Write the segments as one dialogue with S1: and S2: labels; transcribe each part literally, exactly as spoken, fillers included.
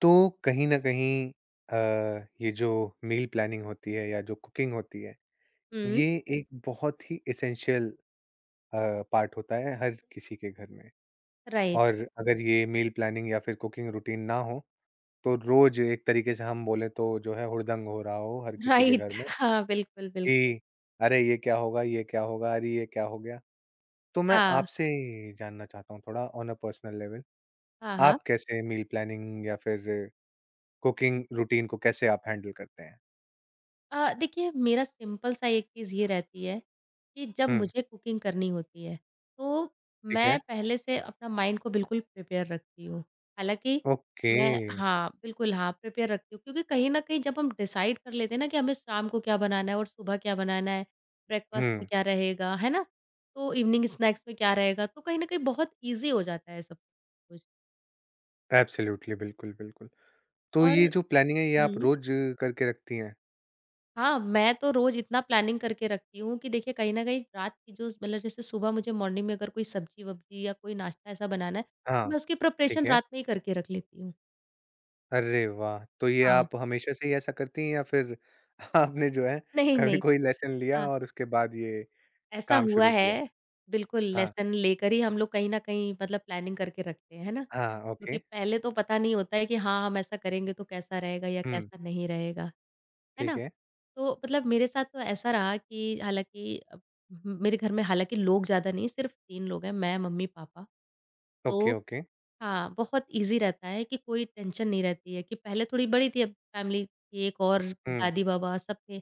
S1: तो कहीं न कहीं अ, ये जो मील प्लानिंग होती है या जो कुकिंग होती है,
S2: हुँ।
S1: ये एक बहुत ही एसेंशियल अ, पार्ट होता है हर किसी के घर में।
S2: राइट,
S1: और अगर ये मील प्लानिंग या फिर कुकिंग रूटीन ना हो, तो रोज़ एक तरीके से हम बोले तो जो है हुड़दंग हो रहा हो हर किसी के घर
S2: राइट
S1: में
S2: हाँ, बिल्कुल, बिल्कुल।
S1: कि, "अरे! ये क्या होगा? ये क्या होगा? अरे! ये क्या हो गया?" तो मैं
S2: हाँ,
S1: आपसे जानना चाहता हूँ थोड़ा ऑन अ पर्सनल लेवल,
S2: हाँ, हाँ।
S1: आप कैसे मील प्लानिंग या फिर कुकिंग रूटीन को कैसे आप हैंडल करते हैं?
S2: अ, देखिए मेरा सिंपल सा एक चीज़ ये रहती है कि जब
S1: हुँ।
S2: मुझे कुकिंग करनी होती है, तो
S1: ठीक है।
S2: मैं पहले से अपना माइंड को बिल्कुल प्रिपेयर रखती हूँ। हालाँकि
S1: ओके।
S2: मैं हाँ, बिल्कुल हाँ, प्रिपेयर रखती हूँ क्योंकि कहीं न कहीं जब हम डिसाइड कर लेते हैं ना कि हमें शाम को क्या बनाना है और सुबह क्या बनाना है,
S1: हुँ,
S2: ब्रेकफास्ट में क्या रहेगा, है ना? तो इवनिंग स्नैक्स में क्या रहेगा, तो कहीं न कहीं बहुत ईज़ी हो जाता है सब कुछ
S1: एब्सोल्यूटली, बिल्कुल, बिल्कुल। तो ये
S2: और
S1: जो प्लानिंग है ये आप
S2: हुँ।
S1: रोज़ करके रखती हैं?
S2: हाँ, मैं तो रोज़ इतना प्लानिंग करके रखती हूँ कि देखिए कहीं न कहीं रात की जो मतलब जैसे सुबह मुझे मॉर्निंग में अगर कोई सब्ज़ी-वब्ज़ी या कोई नाश्ता ऐसा बनाना है, तो
S1: हाँ,
S2: मैं उसकी
S1: ठीक
S2: प्रिपरेशन
S1: है।
S2: रात में ही करके रख लेती हूँ।
S1: अरे वाह! तो ये
S2: हाँ।
S1: आप हमेशा से ही ऐसा करती हैं या फिर आपने जो है
S2: नहीं,
S1: कभी
S2: नहीं।
S1: कोई लेसन लिया और उसके बाद ये
S2: ऐसा
S1: काम
S2: हुआ
S1: शुरू किया?
S2: है, बिल्कुल
S1: हाँ,
S2: लेसन लेकर ही हम लोग कहीं न कहीं मतलब प्लानिंग करके रखते हैं, है ना?
S1: हाँ, ओके।
S2: क्योंकि पहले तो पता नहीं होता है कि हाँ, हम ऐसा करेंगे तो कैसा रहेगा या
S1: हुँ,
S2: कैसा नहीं रहेगा, है
S1: ठीक
S2: ना?
S1: है।
S2: तो मतलब मेरे साथ तो ऐसा रहा कि हालाँकि अ, मेरे घर में हालाँकि लोग ज़्यादा नहीं, सिर्फ़ तीन लोग हैं, मैं, मम्मी, पापा।
S1: ओके,
S2: तो
S1: ओके।
S2: हाँ, बहुत ईज़ी रहता है कि कोई टेंशन नहीं रहती है कि पहले थोड़ी बड़ी थी, अब फैमिली थी एक और
S1: हुँ,
S2: दादी-बाबा सब थे।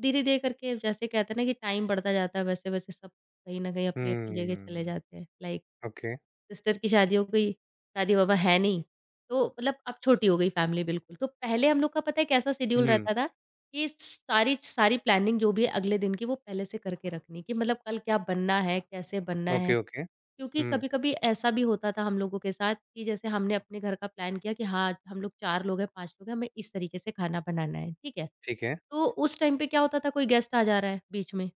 S2: धीरे-धीरे करके जैसे कहते हैं ना कि टाइम बढ़ता जाता है, वैसे-वैसे सब कहीं न कहीं अपनी-अपनी जगह चले
S1: हुँ,
S2: जाते हैं। Like
S1: okay.
S2: सिस्टर की शादी हो गई, दादी-बाबा हैं नहीं, तो मतलब अब छोटी हो गई फैमिली बिल्कुल। तो पहले हम लोग का पता है कैसा शेड्यूल
S1: हुँ,
S2: रहता था कि सारी सारी प्लानिंग जो भी है अगले दिन की वो पहले से करके रखनी कि मतलब कल क्या बनना है, कैसे बनना
S1: ओके,
S2: है,
S1: ओके।
S2: क्योंकि
S1: हुँ,
S2: कभी-कभी ऐसा भी होता था हम लोगों के साथ कि जैसे हमने अपने घर का प्लान किया कि हाँ, हम लोग चार लोग हैं, पाँच लोग हैं, हमें इस तरीके से खाना बनाना है, ठीक है?
S1: ठीक है।
S2: तो उस टाइम पे क्या होता था कोई गेस्ट आ जा रहा है बीच में,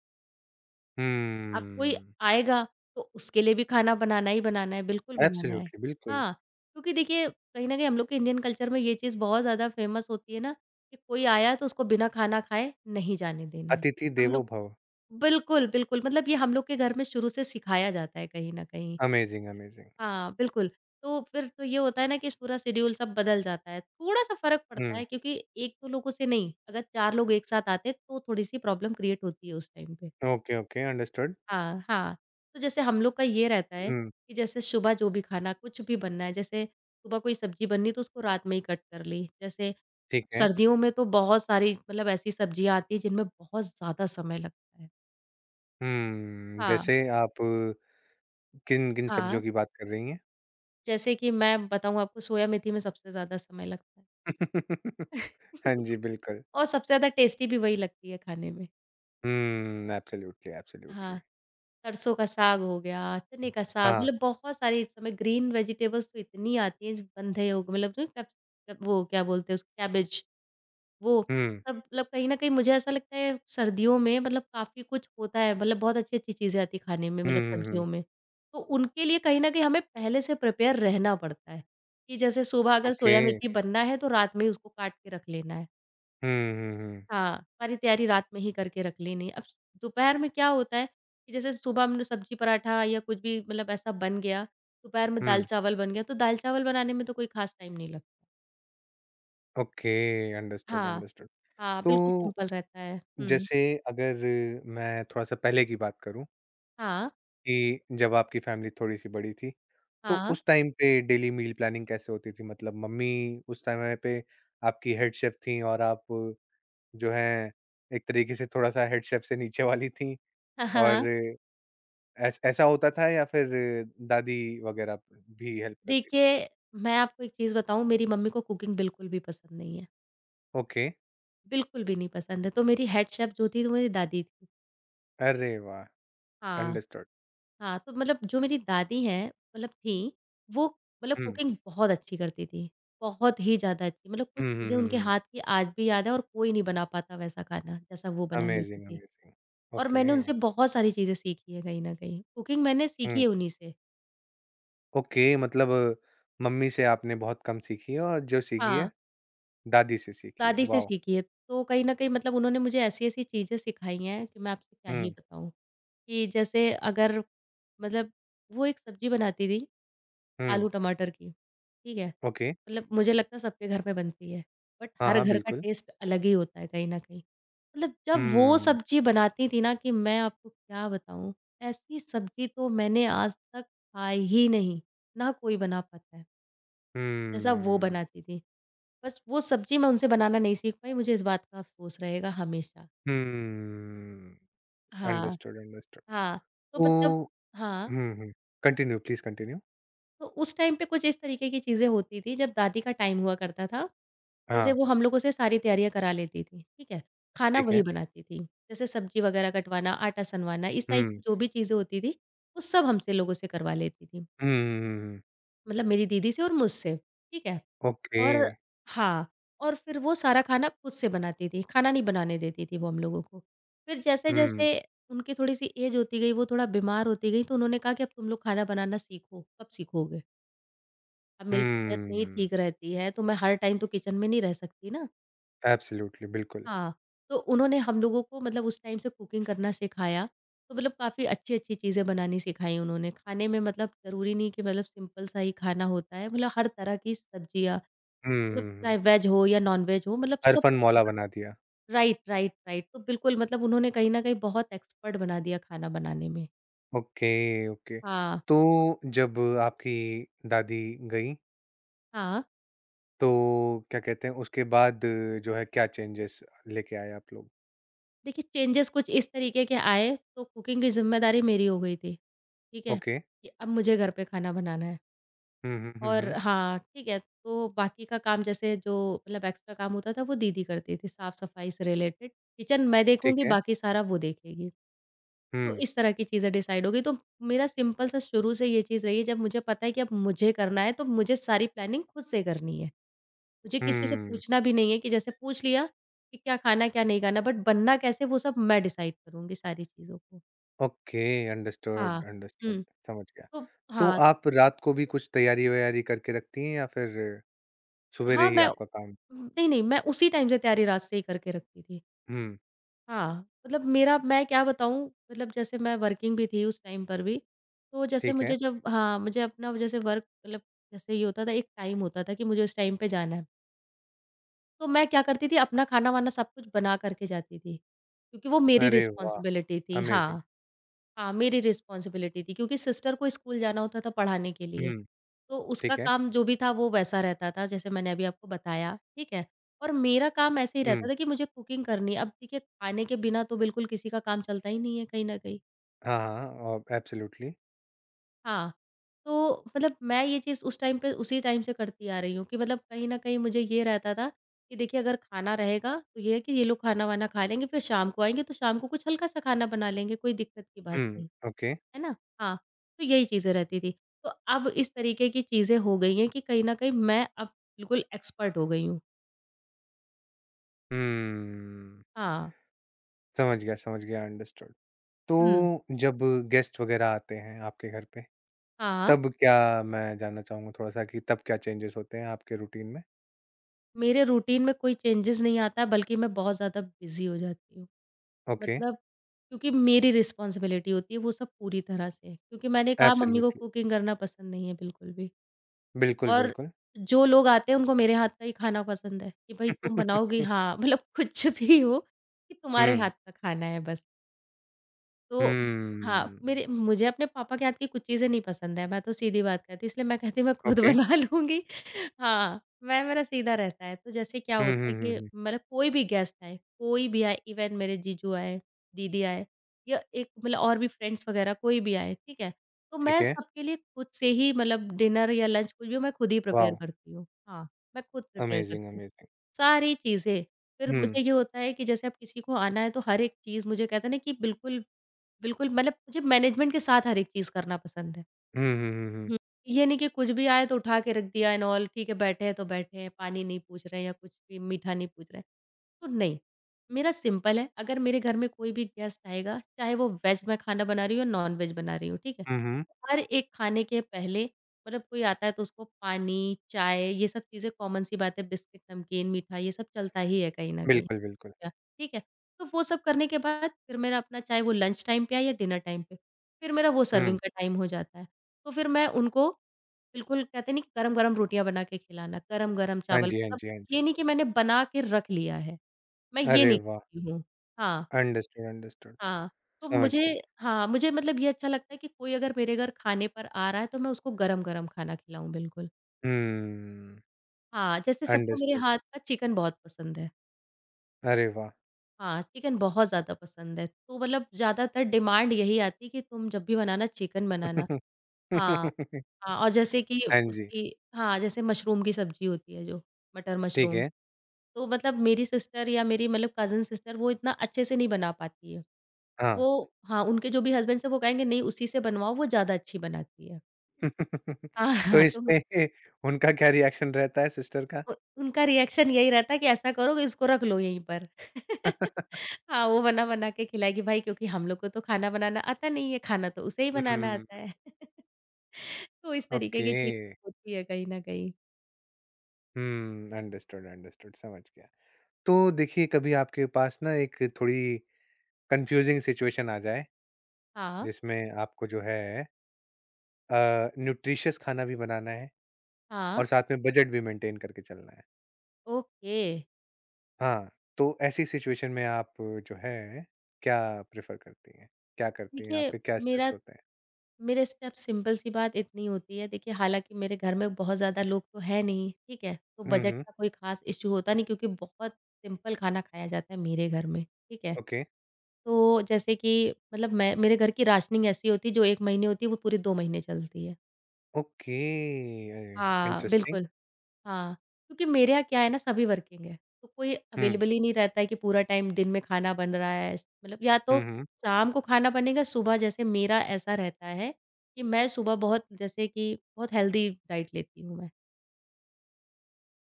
S2: अब कोई
S1: हुँ,
S2: आएगा तो उसके लिए भी खाना बनाना ही बनाना है, बिल्कुल बनाना है।
S1: एब्सोल्यूटली, बिल्कुल।
S2: हाँ, क्योंकि देखिए कहीं न कहीं हम लोग के इंडियन कल्चर में ये चीज़ बहुत ज़्यादा फेमस होती है ना कि कोई आया तो उसको बिना खाना खाए नहीं जाने देना है।
S1: अतिथि
S2: हम
S1: देवो
S2: लोग
S1: भव।
S2: बिल्कुल, बिल्कुल मतलब ये हम लोग के घर में शुरू से सिखाया जाता है कहीं न कहीं।
S1: Amazing, amazing.
S2: हाँ, बिल्कुल। तो फिर तो ये होता है ना कि पूरा शेड्यूल सब बदल जाता है। थोड़ा-सा फ़र्क पड़ता
S1: हुँ।
S2: है क्योंकि एक दो लोगों से नहीं, अगर चार लोग एक साथ आते हैं तो थोड़ी-सी प्रॉब्लम क्रिएट होती है उस टाइम पे।
S1: Okay, okay, understood.
S2: हाँ, हाँ। तो जैसे हम लोग का ये रहता है
S1: हुँ,
S2: कि जैसे सुबह जो भी खाना कुछ भी बनना है, जैसे सुबह कोई सब्ज़ी बननी तो उसको रात में ही कट कर ली। जैसे
S1: ठीक है।
S2: सर्दियों में तो बहुत सारी मतलब ऐसी सब्ज़ियाँ आती हैं जिनमें बहुत ज़्यादा समय लगता है।
S1: हुँ,
S2: हाँ,
S1: जैसे आप किन-किन सब्जियों
S2: हाँ।
S1: की बात कर रही हैं?
S2: जैसे कि मैं बताऊँ आपको सोया मेथी में सबसे ज़्यादा समय लगता है।
S1: हाँ जी, बिल्कुल।
S2: और सबसे ज़्यादा टेस्टी भी वही लगती है खाने में।
S1: हुँ, एब्सोल्यूटली,
S2: हाँ,
S1: एब्सोल्यूटली।
S2: सरसों का साग हो गया, चने का साग
S1: हाँ,
S2: मतलब बहुत सारी इस समय ग्रीन वेजिटेबल्स तो इतनी आती हैं, ज बंधे हो गए, मतलब जो कैप्स वो क्या बोलते हैं उसको कैबेज, वो
S1: हुँ।
S2: सब मतलब कहीं न कहीं मुझे ऐसा लगता है सर्दियों में मतलब काफ़ी कुछ होता है, मतलब बहुत अच्छी-अच्छी चीज़ें आती हैं खाने में
S1: हुँ,
S2: मतलब
S1: हुँ, हुँ।
S2: सब्जियों में। तो उनके लिए कहीं न कहीं हमें पहले से प्रिपेयर रहना पड़ता है, कि जैसे सुबह अगर
S1: ओके।
S2: सोया मेथी बनना है तो रात में ही उसको काट के रख लेना है।
S1: हुँ, हुँ, हुँ।
S2: हाँ, सारी तैयारी रात में ही करके रख लेनी है। अब स दोपहर में क्या होता है कि जैसे सुबह हमने सब्जी पराठा या कुछ भी मतलब ऐसा बन गया, दोपहर में
S1: हुँ,
S2: दाल-चावल बन गया, तो दाल-चावल बनाने में तो कोई ख़ास टाइम नहीं लगता।
S1: ओके, अंडरस्टूड,
S2: हाँ,
S1: अंडरस्टूड।
S2: हाँ,
S1: तो
S2: बिल्कुल सिंपल रहता है। हुँ,
S1: जैसे अगर मैं थोड़ा-सा पहले की बात करूँ
S2: हाँ,
S1: कि जब आपकी फैमिली थोड़ी-सी बड़ी थी तो
S2: हाँ,
S1: उस टाइम पे डेली मील प्लानिंग कैसे होती थी? मतलब मम्मी उस समय पे आपकी हेड शेफ़ थीं और आप जो हैं, एक तरीके से थोड़ा-सा हेड शेफ़ से नीचे वाली थीं
S2: हाँ।
S1: और ऐस ऐसा होता था या फिर दादी वग़ैरह भी हेल्प करती थीं?
S2: देखिए, मैं आपको एक चीज़ बताऊँ, मेरी मम्मी को कुकिंग बिल्कुल भी पसंद नहीं है,
S1: ओके।
S2: बिल्कुल भी नहीं पसंद है, तो मेरी हेड शेफ़ जो थी, वो मेरी दादी थी।
S1: अरे वाह!
S2: हाँ।
S1: अंडरस्टूड।
S2: हाँ, तो मतलब जो मेरी दादी हैं मतलब थीं, वो मतलब
S1: हुँ।
S2: कुकिंग बहुत अच्छी करती थीं, बहुत ही ज़्यादा अच्छी। मतलब कुछ
S1: हुँ, हुँ,
S2: चीज़ें
S1: हुँ,
S2: उनके
S1: हुँ।
S2: हाथ की आज भी याद है और कोई नहीं बना पाता वैसा खाना, जैसा वो बना लेती
S1: अमेज़िंग,
S2: थीं।
S1: अमेज़िंग।
S2: और
S1: ओके।
S2: मैंने उनसे बहुत सारी चीज़ें सीखी हैं कहीं न कहीं, कुकिंग मैंने सीखी
S1: हुँ।
S2: है उन्हीं से।
S1: ओके, मतलब मम्मी से आपने बहुत कम सीखी है और जो सीखी है,
S2: हाँ,
S1: दादी से सीखी है।
S2: दादी से
S1: वॉव!
S2: सीखी है। तो कहीं न कहीं मतलब उन्होंने मुझे ऐसी-ऐसी चीज़ें सिखाई हैं कि मैं आपसे क्या ही
S1: हुँ,
S2: बताऊँ। कि जैसे अगर मतलब वो एक सब्ज़ी बनाती थीं
S1: हुँ।
S2: आलू टमाटर की, ठीक है?
S1: ओके।
S2: मतलब मुझे लगता है सबके घर में बनती है, बट
S1: हाँ,
S2: हर
S1: हाँ,
S2: घर का
S1: बिल्कुल।
S2: टेस्ट अलग ही होता है कहीं न कहीं। मतलब जब वो
S1: हुँ,
S2: सब्ज़ी बनाती थी ना कि मैं आपको क्या बताऊँ, ऐसी सब्ज़ी तो मैंने आज तक खाई ही नहीं, ना कोई बना पाता है, जैसा वो
S1: हुँ,
S2: बनाती थी। बस वो सब्ज़ी मैं उनसे बनाना नहीं सीख पाई, मुझे इस बात का अफ़सोस रहेगा हमेशा।
S1: हुँ।
S2: हाँ,
S1: अंडरस्टूड, अंडरस्टूड।
S2: हाँ, तो
S1: तो
S2: मतलब हाँ।
S1: Hmm, hmm. Continue please continue.
S2: तो उस टाइम पे कुछ इस तरीके की चीज़ें होती थी जब दादी का टाइम हुआ करता था। जैसे
S1: हाँ,
S2: वो हम लोगों से सारी तैयारियाँ करा लेती थी, ठीक है? खाना
S1: ठीक है।
S2: वही बनाती थी। जैसे सब्ज़ी वगैरह कटवाना, आटा सनवाना इस टाइप
S1: हुँ, हुँ,
S2: की जो भी चीज़ें होती थी, वो सब हमसे लोगों से करवा लेती थी।
S1: हुँ, हुँ।
S2: मतलब मेरी दीदी से और मुझसे, ठीक है?
S1: ओके।
S2: और हाँ, और फिर वो सारा खाना खुद से बनाती थी, खाना नहीं बनाने देती थी वो हम लोगों को। फिर
S1: हुँ,
S2: जैसे-जैसे उनकी थोड़ी-सी ऐज होती गई, वो थोड़ा बीमार होती गई तो उन्होंने कहा कि अब तुम लोग खाना बनाना सीखो, कब सीखोगे? अब मेरी तबीयत नहीं
S1: हुँ।
S2: ठीक रहती है, तो मैं हर टाइम तो किचन में नहीं रह सकती ना।
S1: एब्सोल्युटली, बिल्कुल।
S2: हाँ, तो उन्होंने हम लोगों को मतलब उस टाइम से कुकिंग करना सिखाया, तो मतलब काफ़ी अच्छी-अच्छी चीज़ें बनानी सिखाई उन्होंने। खाने में मतलब ज़रूरी नहीं कि मतलब सिंपल सा ही खाना होता है, मतलब हर तरह की सब्जियाँ,
S1: हुँ,
S2: मतलब
S1: हुँ, हुँ।
S2: चाहे वेज हो या नॉन-वेज हो, मतलब सब
S1: अरफन
S2: तरीके
S1: मौला
S2: का
S1: बना दिया।
S2: Right, right, right. तो बिल्कुल मतलब उन्होंने कहीं न कहीं बहुत एक्सपर्ट बना दिया खाना बनाने में।
S1: Okay, okay.
S2: हाँ,
S1: तो जब आपकी दादी गईं,
S2: हाँ।
S1: तो क्या कहते हैं उसके बाद जो है क्या चेंजेज़ लेके आए आप लोग?
S2: देखिए चेंजेस कुछ इस तरीके के आए तो कुकिंग की ज़िम्मेदारी मेरी हो गई थी, ठीक है?
S1: ओके।
S2: कि अब मुझे घर पे खाना बनाना है
S1: हुँ, हुँ, हुँ,
S2: और
S1: हुँ।
S2: हाँ, ठीक है, तो बाकी का काम जैसे जो मतलब एक्स्ट्रा काम होता था वो दीदी करती थी, साफ-सफाई से रिलेटेड। किचन मैं
S1: ठीक
S2: देखूँगी,
S1: है।
S2: बाकी सारा वो देखेगी। तो
S1: हुँ।
S2: इस तरह की चीज़ें डिसाइड हो गई, तो मेरा सिंपल सा शुरू से ये चीज़ रही है, जब मुझे पता है कि अब मुझे करना है, तो मुझे सारी प्लानिंग खुद से करनी है। मुझे किसी से
S1: हुँ।
S2: पूछना भी नहीं है कि जैसे पूछ लिया कि क्या खाना, क्या नहीं खाना, बट बनना कैसे वो सब मैं डिसाइड करूँगी सारी चीज़ों को।
S1: ओके,
S2: हाँ।
S1: अंडरस्टूड, अंडरस्टूड,
S2: हुँ,
S1: समझ गया।
S2: तो
S1: तो
S2: हाँ,
S1: आप रात को भी कुछ तैयारी-वैयारी करके रखती हैं या फिर सुबेरे
S2: हाँ,
S1: ही
S2: मैं
S1: आपका काम
S2: नहीं, नहीं, मैं उसी टाइम से तैयारी रात से ही करके रखती थी।
S1: हुँ,
S2: हाँ, मतलब मेरा मैं क्या बताऊँ मतलब जैसे मैं वर्किंग भी थी उस टाइम पर भी, तो जैसे
S1: ठीक है।
S2: मुझे जब हाँ, मुझे अपना जैसे वर्क मतलब जैसे ये होता था एक टाइम होता था कि मुझे उस टाइम पे जाना है। तो मैं क्या करती थी अपना खाना-वाना सब कुछ बना कर के जाती थी, क्योंकि वो मेरी
S1: अरे वाह!
S2: रिस्पॉन्सिबिलिटी थी। हाँ।
S1: अमेज़िंग।
S2: हाँ, मेरी रिस्पॉन्सिबिलिटी थी क्योंकि सिस्टर को स्कूल जाना होता था पढ़ाने के लिए।
S1: हुँ,
S2: तो उसका
S1: ठीक है।
S2: काम जो भी था वो वैसा रहता था जैसे मैंने अभी आपको बताया, ठीक है? और मेरा काम ऐसे ही रहता
S1: हुँ,
S2: था कि मुझे कुकिंग करनी है। अब देखिए खाने के बिना तो बिल्कुल किसी का काम चलता ही नहीं है कहीं न कहीं।
S1: हाँ, हाँ, और एब्सोल्युटली।
S2: हाँ, तो मतलब मैं ये चीज़ उस टाइम पे उसी टाइम से करती आ रही हूँ कि मतलब कहीं न कहीं मुझे ये रहता था कि देखिए अगर खाना रहेगा तो ये है कि ये लोग खाना-वाना खा लेंगे, फिर शाम को आएँगे तो शाम को कुछ हल्का-सा खाना बना लेंगे, कोई दिक्कत की बात
S1: हुँ,
S2: नहीं।
S1: ओके।
S2: है ना? हाँ, तो यही चीज़ें रहती थी। तो अब इस तरीके की चीज़ें हो गई हैं कि कहीं न कहीं मैं अब बिल्कुल एक्सपर्ट हो गई हूँ।
S1: हुँ,
S2: हाँ।
S1: समझ गया, समझ गया, अंडरस्टूड। तो
S2: हुँ।
S1: जब गेस्ट वग़ैरह आते हैं आपके घर पे,
S2: हाँ,
S1: तब क्या मैं जानना चाहूँगा थोड़ा-सा कि तब क्या चेंजेज़ होते हैं आपके रूटीन में?
S2: मेरे रूटीन में कोई चेंजेज़ नहीं आता है बल्कि मैं बहुत ज़्यादा बिज़ी हो जाती हूँ।
S1: ओके,
S2: मतलब क्योंकि मेरी रिस्पॉन्सिबिलिटी होती है वो सब पूरी तरह से। क्योंकि मैंने कहा मम्मी को
S1: एब्सोल्युटली।
S2: कुकिंग करना पसंद नहीं है बिल्कुल भी।
S1: बिल्कुल,
S2: और
S1: बिल्कुल।
S2: जो लोग आते हैं उनको मेरे हाथ का ही खाना पसंद है कि भई तुम बनाओगी हाँ, मतलब कुछ भी हो कि तुम्हारे
S1: हुँ।
S2: हाथ का खाना है बस। तो हाँ,
S1: हुँ।
S2: मेरे मुझे अपने पापा के हाथ की कुछ चीज़ें नहीं पसंद है, मैं तो सीधी बात करती हूँ इसलिए मैं कहती हूँ मैं खुद
S1: ओके।
S2: बना लूँगी। हाँ, मैं मेरा सीधा रहता है, तो जैसे क्या
S1: हुँ,
S2: होता
S1: हुँ,
S2: है
S1: हुँ,
S2: कि
S1: हुँ।
S2: मतलब कोई भी गेस्ट आए, कोई भी आए इवन मेरे जीजू आए, दीदी आए या एक मतलब और भी फ्रेंड्स वग़ैरह कोई भी आए, ठीक है? तो
S1: ठीक
S2: मैं
S1: है।
S2: सबके लिए खुद से ही मतलब डिनर या लंच कुछ भी हो मैं खुद ही प्रिपेयर
S1: वाव!
S2: करती हूँ। हाँ, मैं खुद प्रिपेयर
S1: अमेज़िंग,
S2: करती हूँ।
S1: अमेज़िंग।
S2: सारी चीज़ें। फिर
S1: हुँ।
S2: मुझे ये होता है कि जैसे अब किसी को आना है तो हर एक चीज़ मुझे कहते हैं ना कि बिल्कुल, बिल्कुल मतलब मुझे मैनेजमेंट के साथ हर एक चीज़ करना पसंद है।
S1: हुँ, हुँ, हुँ, हुँ।
S2: हुँ। ये नहीं कि कुछ भी आए तो उठा के रख दिया एंड ऑल ठीक है, बैठे हैं तो बैठे हैं, पानी नहीं पूछ रहे हैं या कुछ भी मीठा नहीं पूछ रहे हैं। तो नहीं, मेरा सिंपल है, अगर मेरे घर में कोई भी गेस्ट आएगा, चाहे वो वेज में खाना बना रही हूँ या नॉन-वेज बना रही हूँ, ठीक है?
S1: हुँ, हुँ।
S2: हर एक खाने के पहले मतलब कोई आता है तो उसको पानी, चाय ये सब चीज़ें कॉमन सी बात है, बिस्किट, नमकीन, मीठा ये सब चलता ही है कहीं न कहीं।
S1: बिल्कुल, बिल्कुल।
S2: या ठीक है? तो वो सब करने के बाद फिर मेरा अपना चाहे वो लंच टाइम पे आए या डिनर टाइम पे, फिर मेरा वो
S1: हुँ।
S2: सर्विंग का टाइम हो जाता है। तो फिर मैं उनको बिल्कुल कहते नहीं कि गरम-गरम रोटियाँ बना के खिलाना, गरम-गरम
S1: हाँ
S2: चावल
S1: जी, हाँ
S2: मतलब
S1: जी, हाँ जी।
S2: ये नहीं कि मैंने बना के रख लिया है, मैं ये
S1: अरे
S2: नहीं
S1: वाह!
S2: करती हूँ। हाँ,
S1: अंडरस्टूड, अंडरस्टूड।
S2: हाँ, तो
S1: समझ
S2: मुझे
S1: गया।
S2: हाँ, मुझे मतलब ये अच्छा लगता है कि कोई अगर मेरे घर खाने पर आ रहा है तो मैं उसको गरम-गरम खाना खिलाऊँ बिल्कुल।
S1: हुँ।
S2: हाँ, जैसे सबको मेरे
S1: अंडरस्टूड।
S2: हाथ का चिकन बहुत पसंद है।
S1: अरे वाह!
S2: हाँ, चिकन बहुत ज़्यादा पसंद है, तो मतलब ज़्यादातर डिमांड यही आती है कि तुम जब भी बनाना चिकन बनाना। हाँ। हाँ, और जैसे कि
S1: हाँ जी।
S2: उसकी हाँ, जैसे मशरूम की सब्ज़ी होती है जो, मटर
S1: ठीक
S2: मशरूम।
S1: है।
S2: तो मतलब मेरी सिस्टर या मेरी मतलब कज़िन सिस्टर वो इतना अच्छे से नहीं बना पाती है।
S1: हाँ।
S2: वो हाँ, उनके जो भी हस्बैंड्स हैं वो कहेंगे नहीं उसी से बनवाओ वो ज़्यादा अच्छी बनाती है। हाँ,
S1: तो
S2: हाँ, तो उ
S1: इसमें उनका क्या रिएक्शन रहता है सिस्टर का?
S2: उनका रिएक्शन यही रहता है कि ऐसा करो कि इसको रख लो यहीं पर। हाँ, वो बना-बना के खिलाएगी भाई क्योंकि हम लोग को तो खाना बनाना आता नहीं है, खाना तो उसे ही बनाना
S1: हुँ।
S2: आता है। तो इस तरीके
S1: ओके।
S2: की चीज़ होती है कहीं न कहीं।
S1: हुँ। Understood, understood. समझ गया। तो देखिए कभी आपके पास ना एक थोड़ी कंफ्यूजिंग सिचुएशन आ जाए
S2: हाँ,
S1: जिसमें आपको जो है न्यूट्रिशियस खाना भी बनाना है
S2: हाँ।
S1: और साथ में बजट भी मेंटेन करके चलना है
S2: ओके।
S1: हाँ, तो ऐसी सिचुएशन में आप जो है क्या प्रेफर करती हैं, क्या करती हैं,
S2: देखिए,
S1: आपके क्या स्टेप्स
S2: मेरा
S1: होते हैं?
S2: मेरे स्टेप सिंपल सी बात इतनी होती है देखिए हालाँकि मेरे घर में बहुत ज़्यादा लोग तो हैं नहीं, ठीक है? तो
S1: हम्म,
S2: बजट
S1: हम्म।
S2: का कोई ख़ास इश्यू होता नहीं क्योंकि बहुत सिंपल खाना खाया जाता है मेरे घर में, ठीक है?
S1: ओके।
S2: तो जैसे कि मतलब मैं मेरे घर की राशनिंग ऐसी होती है जो एक महीने होती है वो पूरे दो महीने चलती है।
S1: ओके,
S2: हाँ,
S1: इंटरेस्टिंग।
S2: बिल्कुल। हाँ, क्योंकि मेरे यहाँ क्या है ना सभी वर्किंग है, तो कोई
S1: हम्म।
S2: अवेलेबल ही नहीं रहता है कि पूरा टाइम दिन में खाना बन रहा है, मतलब या तो
S1: हम्म।
S2: शाम को खाना बनेगा, सुबह जैसे मेरा ऐसा रहता है कि मैं सुबह बहुत जैसे कि बहुत हेल्दी डाइट लेती हूँ मैं।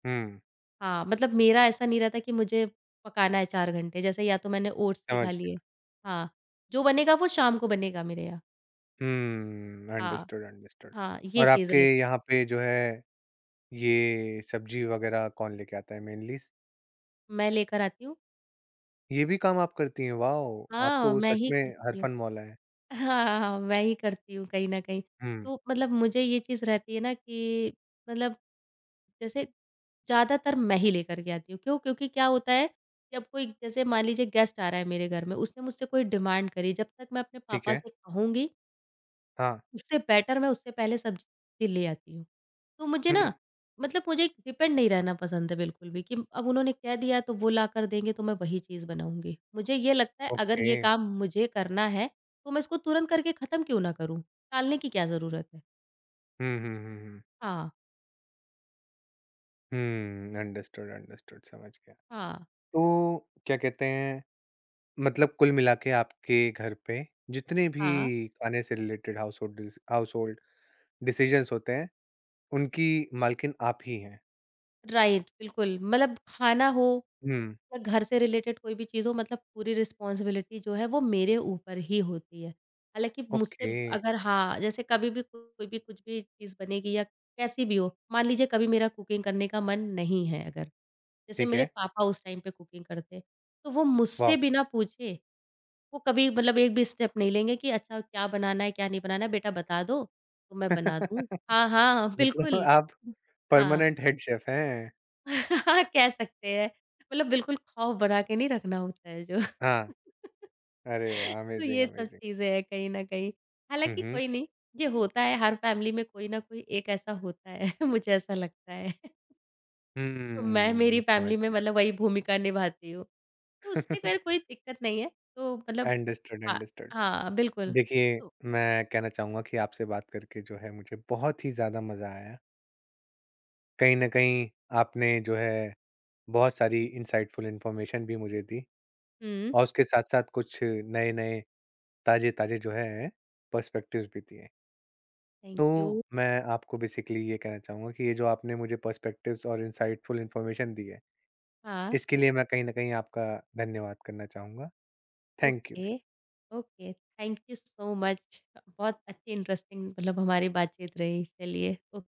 S1: हम्म,
S2: हाँ, मतलब मेरा ऐसा नहीं रहता कि मुझे पकाना है चार घंटे, जैसे या तो मैंने ओट्स ही
S1: समझ
S2: खा
S1: गया।
S2: लिए। हाँ, जो बनेगा वो शाम को बनेगा मेरे यहाँ।
S1: हम्म,
S2: हाँ,
S1: अंडरस्टूड, अंडरस्टूड।
S2: हाँ, ये
S1: और
S2: चीज़
S1: आपके
S2: रहती है,
S1: यहाँ पे जो है ये सब्जी वगैरह कौन लेके आता है मेनली?
S2: मैं लेकर आती हूँ।
S1: ये भी काम आप करती हैं, वॉव! आप
S2: हाँ,
S1: तो
S2: मैं
S1: सच
S2: ही
S1: में
S2: करती हूँ।
S1: हरफन मौला हैं।
S2: हाँ, मैं ही करती हूँ कहीं न कहीं।
S1: हुँ,
S2: तो मतलब मुझे ये चीज़ रहती है ना कि मतलब जैसे ज़्यादातर मैं ही लेकर के आती हूँ। क्यों? क्योंकि क्या होता है, जब कोई जैसे मान लीजिए गेस्ट आ रहा है मेरे घर में, उसने मुझसे कोई डिमांड करी, जब तक मैं अपने
S1: ठीक
S2: पापा
S1: है।
S2: से कहूँगी
S1: हाँ,
S2: उससे बेटर मैं उससे पहले सब्ज़ी ले आती हूँ। तो मुझे
S1: हुँ,
S2: ना मतलब मुझे डिपेंड नहीं रहना पसंद है बिल्कुल भी कि अब उन्होंने कह दिया तो वो लाकर देंगे तो मैं वही चीज़ बनाऊँगी। मुझे ये लगता है अगर
S1: ओके।
S2: ये काम मुझे करना है तो मैं इसको तुरंत करके ख़त्म क्यों ना करूँ? टालने की क्या ज़रूरत है?
S1: हुँ, हुँ, हुँ, हुँ।
S2: हाँ,
S1: हुँ, अंडरस्टूड, अंडरस्टूड, समझ गया।
S2: हाँ,
S1: तो क्या कहते हैं मतलब कुल मिला के आपके घर पे जितने भी
S2: हाँ,
S1: खाने से related household dis household decisions होते हैं, उनकी मालकिन आप ही हैं?
S2: राइट बिल्कुल मतलब खाना हो
S1: हुँ,
S2: या घर से रिलेटेड कोई भी चीज़ हो मतलब पूरी रिस्पॉन्सिबिलिटी जो है वो मेरे ऊपर ही होती है। हालाँकि मुझसे
S1: ओके,
S2: अगर हाँ, जैसे कभी भी को- कोई भी कुछ भी चीज़ बनेगी या कैसी भी हो, मान लीजिए कभी मेरा कुकिंग करने का मन नहीं है अगर, जैसे
S1: ठीक
S2: मेरे
S1: है।
S2: पापा उस टाइम पे कुकिंग करते, तो वो
S1: वॉव!
S2: मुझसे बिना पूछे वो कभी मतलब एक भी स्टेप नहीं लेंगे कि अच्छा क्या बनाना है, क्या नहीं बनाना है, बेटा बता दो, तो मैं बना दूँ। हाँ, हाँ,
S1: मतलब
S2: बिल्कुल।
S1: आप
S2: हाँ।
S1: परमानेंट हेड शेफ हैं।
S2: कह सकते हैं। मतलब बिल्कुल खौफ बना के नहीं रखना होता है जो
S1: हाँ, अरे वाह!
S2: तो
S1: अमेज़िंग,
S2: ये सब
S1: अमेज़िंग।
S2: चीज़ें हैं कहीं न कहीं।
S1: हुँ,
S2: हालाँकि
S1: हुँ।
S2: कोई नहीं, ये होता है हर फ़ैमिली में कोई न कोई एक ऐसा होता है मुझे ऐसा लगता है। तो मैं मेरी
S1: हम्म, समझ
S2: फ़ैमिली में
S1: गया।
S2: मतलब वही भूमिका निभाती हूँ। तो उससे खैर कोई दिक्कत नहीं है। तो मतलब
S1: अंडरस्टूड,
S2: हाँ,
S1: अंडरस्टूड।
S2: हाँ, बिल्कुल।
S1: देखिए,
S2: तो
S1: मैं कहना चाहूँगा कि आपसे बात करके जो है मुझे बहुत ही ज़्यादा मज़ा आया। कहीं न कहीं आपने जो है बहुत सारी इनसाइटफुल इन्फॉर्मेशन भी मुझे दी
S2: हुँ,
S1: और उसके साथ-साथ कुछ नए-नए ताज़े-ताज़े जो हैं पर्सपेक्टिव्स भी दिए।
S2: थैंक
S1: तो
S2: यू।
S1: मैं आपको बेसिकली ये कहना चाहूँगा कि ये जो आपने मुझे पर्सपेक्टिव्स और इनसाइटफुल इन्फॉर्मेशन दी है,
S2: हाँ,
S1: इसके लिए मैं कहीं न कहीं आपका धन्यवाद करना चाहूँगा। Thank you.
S2: Okay, okay, thank you so much. बहुत अच्छी इंटरेस्टिंग मतलब हमारी बातचीत रही। चलिए, ओ